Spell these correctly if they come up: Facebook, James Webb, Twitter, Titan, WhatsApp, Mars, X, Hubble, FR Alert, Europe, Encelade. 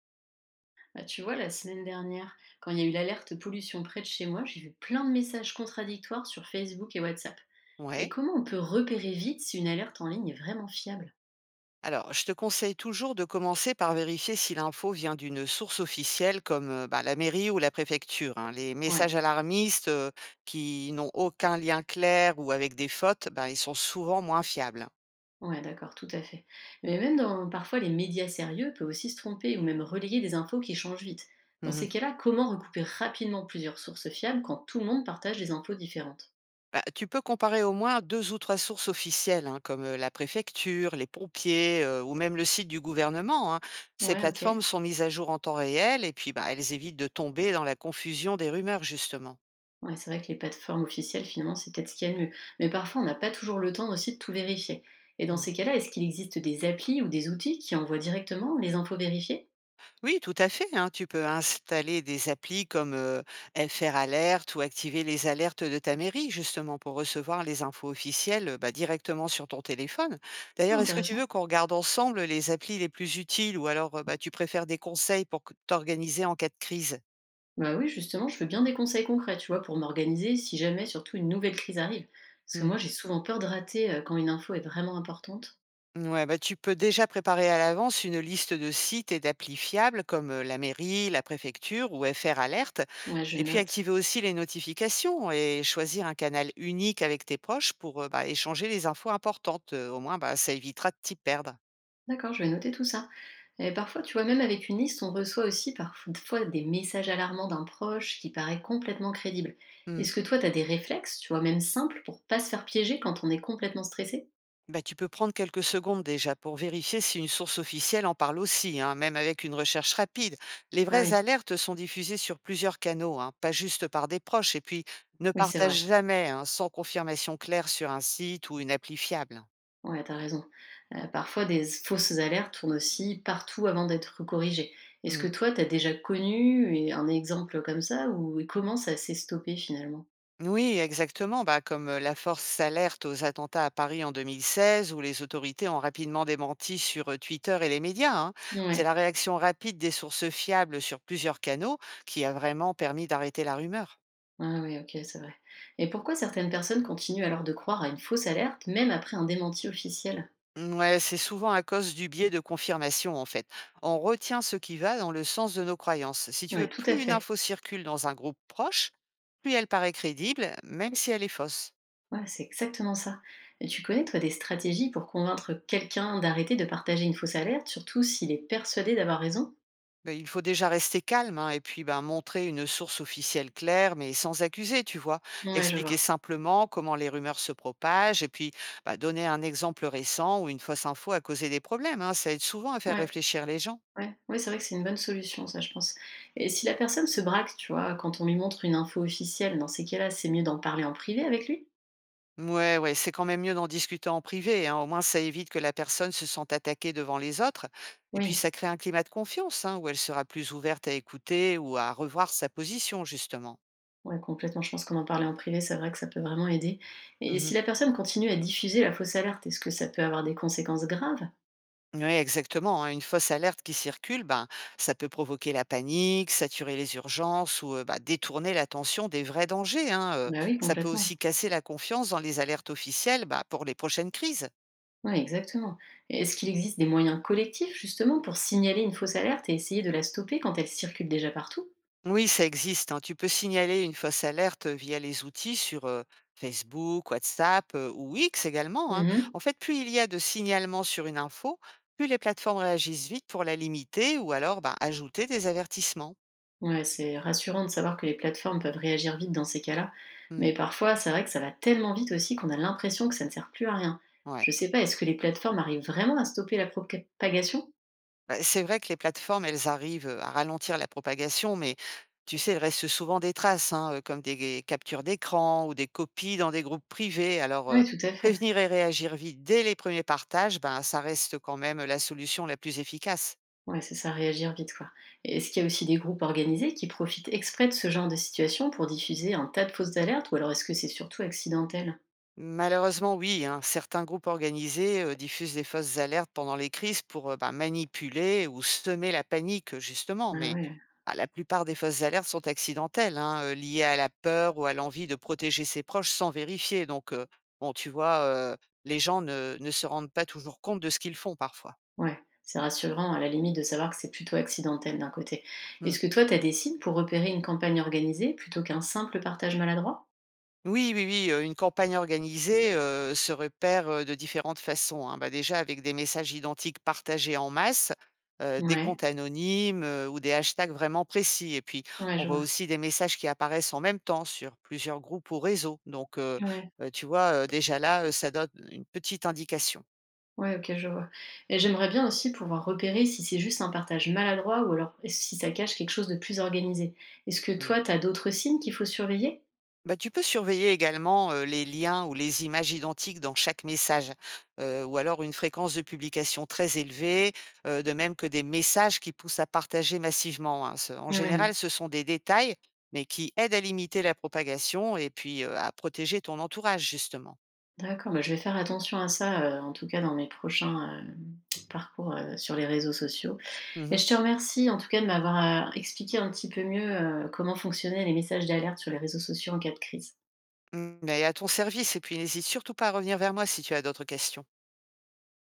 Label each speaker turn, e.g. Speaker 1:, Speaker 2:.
Speaker 1: Bah, tu vois, la semaine dernière, quand il y a eu l'alerte pollution près de chez moi, j'ai vu plein de messages contradictoires sur Facebook et WhatsApp. Et
Speaker 2: Ouais.
Speaker 1: comment on peut repérer vite si une alerte en ligne est vraiment fiable?
Speaker 2: Alors, je te conseille toujours de commencer par vérifier si l'info vient d'une source officielle comme bah, la mairie ou la préfecture, hein. Les
Speaker 1: Ouais,
Speaker 2: messages alarmistes qui n'ont aucun lien clair ou avec des fautes, bah, ils sont souvent moins fiables.
Speaker 1: ouais, d'accord, tout à fait. Mais même dans parfois les médias sérieux peuvent aussi se tromper ou même relayer des infos qui changent vite. Dans
Speaker 2: Mhm.
Speaker 1: ces cas-là, comment recouper rapidement plusieurs sources fiables quand tout le monde partage des infos différentes?
Speaker 2: Bah, tu peux comparer au moins deux ou trois sources officielles, hein, comme la préfecture, les pompiers ou même le site du gouvernement, hein. Ces
Speaker 1: Ouais,
Speaker 2: plateformes
Speaker 1: ok.
Speaker 2: sont mises à jour en temps réel et puis bah, elles évitent de tomber dans la confusion des rumeurs, justement.
Speaker 1: Ouais, c'est vrai que les plateformes officielles, finalement, c'est peut-être ce qu'il y a de mieux. Mais parfois, on n'a pas toujours le temps aussi de tout vérifier. Et dans ces cas-là, est-ce qu'il existe des applis ou des outils qui envoient directement les infos vérifiées?
Speaker 2: Oui, tout à fait, hein. Tu peux installer des applis comme FR Alert ou activer les alertes de ta mairie, justement, pour recevoir les infos officielles bah, directement sur ton téléphone. D'ailleurs,
Speaker 1: Ah,
Speaker 2: est-ce que tu
Speaker 1: intéressant.
Speaker 2: veux qu'on regarde ensemble les applis les plus utiles ou alors bah, tu préfères des conseils pour t'organiser en cas de crise?
Speaker 1: Bah oui, justement, je veux bien des conseils concrets, tu vois, pour m'organiser si jamais, surtout, une nouvelle crise arrive. Parce que
Speaker 2: Mmh.
Speaker 1: moi, j'ai souvent peur de rater quand une info est vraiment importante.
Speaker 2: Ouais, bah, tu peux déjà préparer à l'avance une liste de sites et d'applis fiables comme la mairie, la préfecture ou FR Alerte.
Speaker 1: Ouais, je
Speaker 2: Et puis
Speaker 1: note.
Speaker 2: activer aussi les notifications et choisir un canal unique avec tes proches pour bah, échanger les infos importantes. Au moins, bah, ça évitera de t'y perdre.
Speaker 1: D'accord, je vais noter tout ça. Et parfois, tu vois, même avec une liste, on reçoit aussi parfois des messages alarmants d'un proche qui paraît complètement crédible.
Speaker 2: Mmh.
Speaker 1: Est-ce que toi, tu as des réflexes, tu vois, même simples, pour pas se faire piéger quand on est complètement stressé?
Speaker 2: Bah, tu peux prendre quelques secondes déjà pour vérifier si une source officielle en parle aussi, hein, même avec une recherche rapide. Les
Speaker 1: Ah
Speaker 2: vraies
Speaker 1: oui,
Speaker 2: alertes sont diffusées sur plusieurs canaux, hein, pas juste par des proches, et puis ne
Speaker 1: oui, c'est
Speaker 2: partage
Speaker 1: vrai.
Speaker 2: jamais, hein, sans confirmation claire sur un site ou une appli fiable.
Speaker 1: Ouais, t'as raison. Parfois, des fausses alertes tournent aussi partout avant d'être corrigées. Est-ce
Speaker 2: Hmm.
Speaker 1: que toi, t'as déjà connu un exemple comme ça ou et comment ça s'est stoppé finalement?
Speaker 2: Oui, exactement, bah, comme la force s'alerte aux attentats à Paris en 2016, où les autorités ont rapidement démenti sur Twitter et les médias, hein. C'est
Speaker 1: Ouais,
Speaker 2: la réaction rapide des sources fiables sur plusieurs canaux qui a vraiment permis d'arrêter la rumeur.
Speaker 1: ah oui, ok, c'est vrai. Et pourquoi certaines personnes continuent alors de croire à une fausse alerte, même après un démenti officiel?
Speaker 2: Mmh, ouais, c'est souvent à cause du biais de confirmation, en fait. On retient ce qui va dans le sens de nos croyances. Si tu veux,
Speaker 1: Ouais, tout à
Speaker 2: plus une
Speaker 1: fait.
Speaker 2: info circule dans un groupe proche, plus elle paraît crédible, même si elle est fausse.
Speaker 1: Ouais, c'est exactement ça. Et tu connais, toi, des stratégies pour convaincre quelqu'un d'arrêter de partager une fausse alerte, surtout s'il est persuadé d'avoir raison?
Speaker 2: Ben, il faut déjà rester calme, hein, et puis ben, montrer une source officielle claire, mais sans accuser, tu vois.
Speaker 1: Ouais, je
Speaker 2: Expliquer
Speaker 1: vois.
Speaker 2: simplement comment les rumeurs se propagent et puis ben, donner un exemple récent où une fausse info a causé des problèmes, hein. Ça aide souvent à faire
Speaker 1: Ouais,
Speaker 2: réfléchir les gens.
Speaker 1: ouais, ouais, c'est vrai que c'est une bonne solution, ça, je pense. Et si la personne se braque, tu vois, quand on lui montre une info officielle, dans ces cas-là, c'est mieux d'en parler en privé avec lui?
Speaker 2: Ouais, ouais, c'est quand même mieux d'en discuter en privé, hein. Au moins, ça évite que la personne se sente attaquée devant les autres. Et puis,
Speaker 1: Oui,
Speaker 2: ça crée un climat de confiance, hein, où elle sera plus ouverte à écouter ou à revoir sa position, justement.
Speaker 1: ouais, complètement. Je pense qu'en en parler en privé, c'est vrai que ça peut vraiment aider. Et
Speaker 2: Mhm.
Speaker 1: si la personne continue à diffuser la fausse alerte, est-ce que ça peut avoir des conséquences graves?
Speaker 2: Oui, exactement, hein. Une fausse alerte qui circule, ben, ça peut provoquer la panique, saturer les urgences ou bah, détourner l'attention des vrais dangers, hein.
Speaker 1: Bah oui,
Speaker 2: Ça peut
Speaker 1: complètement.
Speaker 2: aussi casser la confiance dans les alertes officielles bah, pour les prochaines crises.
Speaker 1: Oui, exactement. Est-ce qu'il existe des moyens collectifs justement pour signaler une fausse alerte et essayer de la stopper quand elle circule déjà partout?
Speaker 2: Oui, ça existe, hein. Tu peux signaler une fausse alerte via les outils sur Facebook, WhatsApp ou X également, hein.
Speaker 1: Mhm.
Speaker 2: En fait, plus il y a de signalements sur une info, plus les plateformes réagissent vite pour la limiter ou alors ben, ajouter des avertissements.
Speaker 1: Ouais, c'est rassurant de savoir que les plateformes peuvent réagir vite dans ces cas-là,
Speaker 2: Hmm,
Speaker 1: mais parfois c'est vrai que ça va tellement vite aussi qu'on a l'impression que ça ne sert plus à rien. Je
Speaker 2: ouais.
Speaker 1: sais pas, est-ce que les plateformes arrivent vraiment à stopper la propagation?
Speaker 2: Bah, c'est vrai que les plateformes, elles arrivent, à ralentir la propagation, mais tu sais, il reste souvent des traces, hein, comme des captures d'écran ou des copies dans des groupes privés. Alors,
Speaker 1: Oui, tout à fait.
Speaker 2: prévenir et réagir vite dès les premiers partages, ben, ça reste quand même la solution la plus efficace.
Speaker 1: Ouais, c'est ça, réagir vite quoi. Et est-ce qu'il y a aussi des groupes organisés qui profitent exprès de ce genre de situation pour diffuser un tas de fausses alertes ou alors est-ce que c'est surtout accidentel?
Speaker 2: Malheureusement, oui, hein. Certains groupes organisés diffusent des fausses alertes pendant les crises pour bah, manipuler ou semer la panique, justement.
Speaker 1: Ah
Speaker 2: Mais
Speaker 1: ouais.
Speaker 2: bah, la plupart des fausses alertes sont accidentelles, hein, liées à la peur ou à l'envie de protéger ses proches sans vérifier. Donc, bon, tu vois, les gens ne se rendent pas toujours compte de ce qu'ils font parfois.
Speaker 1: Ouais, c'est rassurant à la limite de savoir que c'est plutôt accidentel d'un côté.
Speaker 2: Hmm.
Speaker 1: Est-ce que toi, tu as des signes pour repérer une campagne organisée plutôt qu'un simple partage maladroit?
Speaker 2: Oui, oui, oui, une campagne organisée, se repère, de différentes façons, hein. Bah, déjà avec des messages identiques partagés en masse, des
Speaker 1: Ouais,
Speaker 2: comptes anonymes, ou des hashtags vraiment précis et puis
Speaker 1: ouais,
Speaker 2: on
Speaker 1: je
Speaker 2: voit
Speaker 1: vois.
Speaker 2: aussi des messages qui apparaissent en même temps sur plusieurs groupes ou réseaux donc
Speaker 1: Ouais,
Speaker 2: tu vois, déjà là, ça donne une petite indication.
Speaker 1: ouais, ok, je vois. Et j'aimerais bien aussi pouvoir repérer si c'est juste un partage maladroit ou alors si ça cache quelque chose de plus organisé. Est-ce que
Speaker 2: Mmh.
Speaker 1: toi, tu as d'autres signes qu'il faut surveiller?
Speaker 2: Bah, tu peux surveiller également les liens ou les images identiques dans chaque message, ou alors une fréquence de publication très élevée, de même que des messages qui poussent à partager massivement, hein. En
Speaker 1: Ah ouais,
Speaker 2: général, ce sont des détails, mais qui aident à limiter la propagation et puis à protéger ton entourage, justement.
Speaker 1: d'accord, bah, je vais faire attention à ça, en tout cas dans mes prochains parcours sur les réseaux sociaux. Et
Speaker 2: Mhm.
Speaker 1: je te remercie en tout cas de m'avoir expliqué un petit peu mieux comment fonctionnaient les messages d'alerte sur les réseaux sociaux en cas de crise.
Speaker 2: Mm, mais à ton service, et puis n'hésite surtout pas à revenir vers moi si tu as d'autres questions.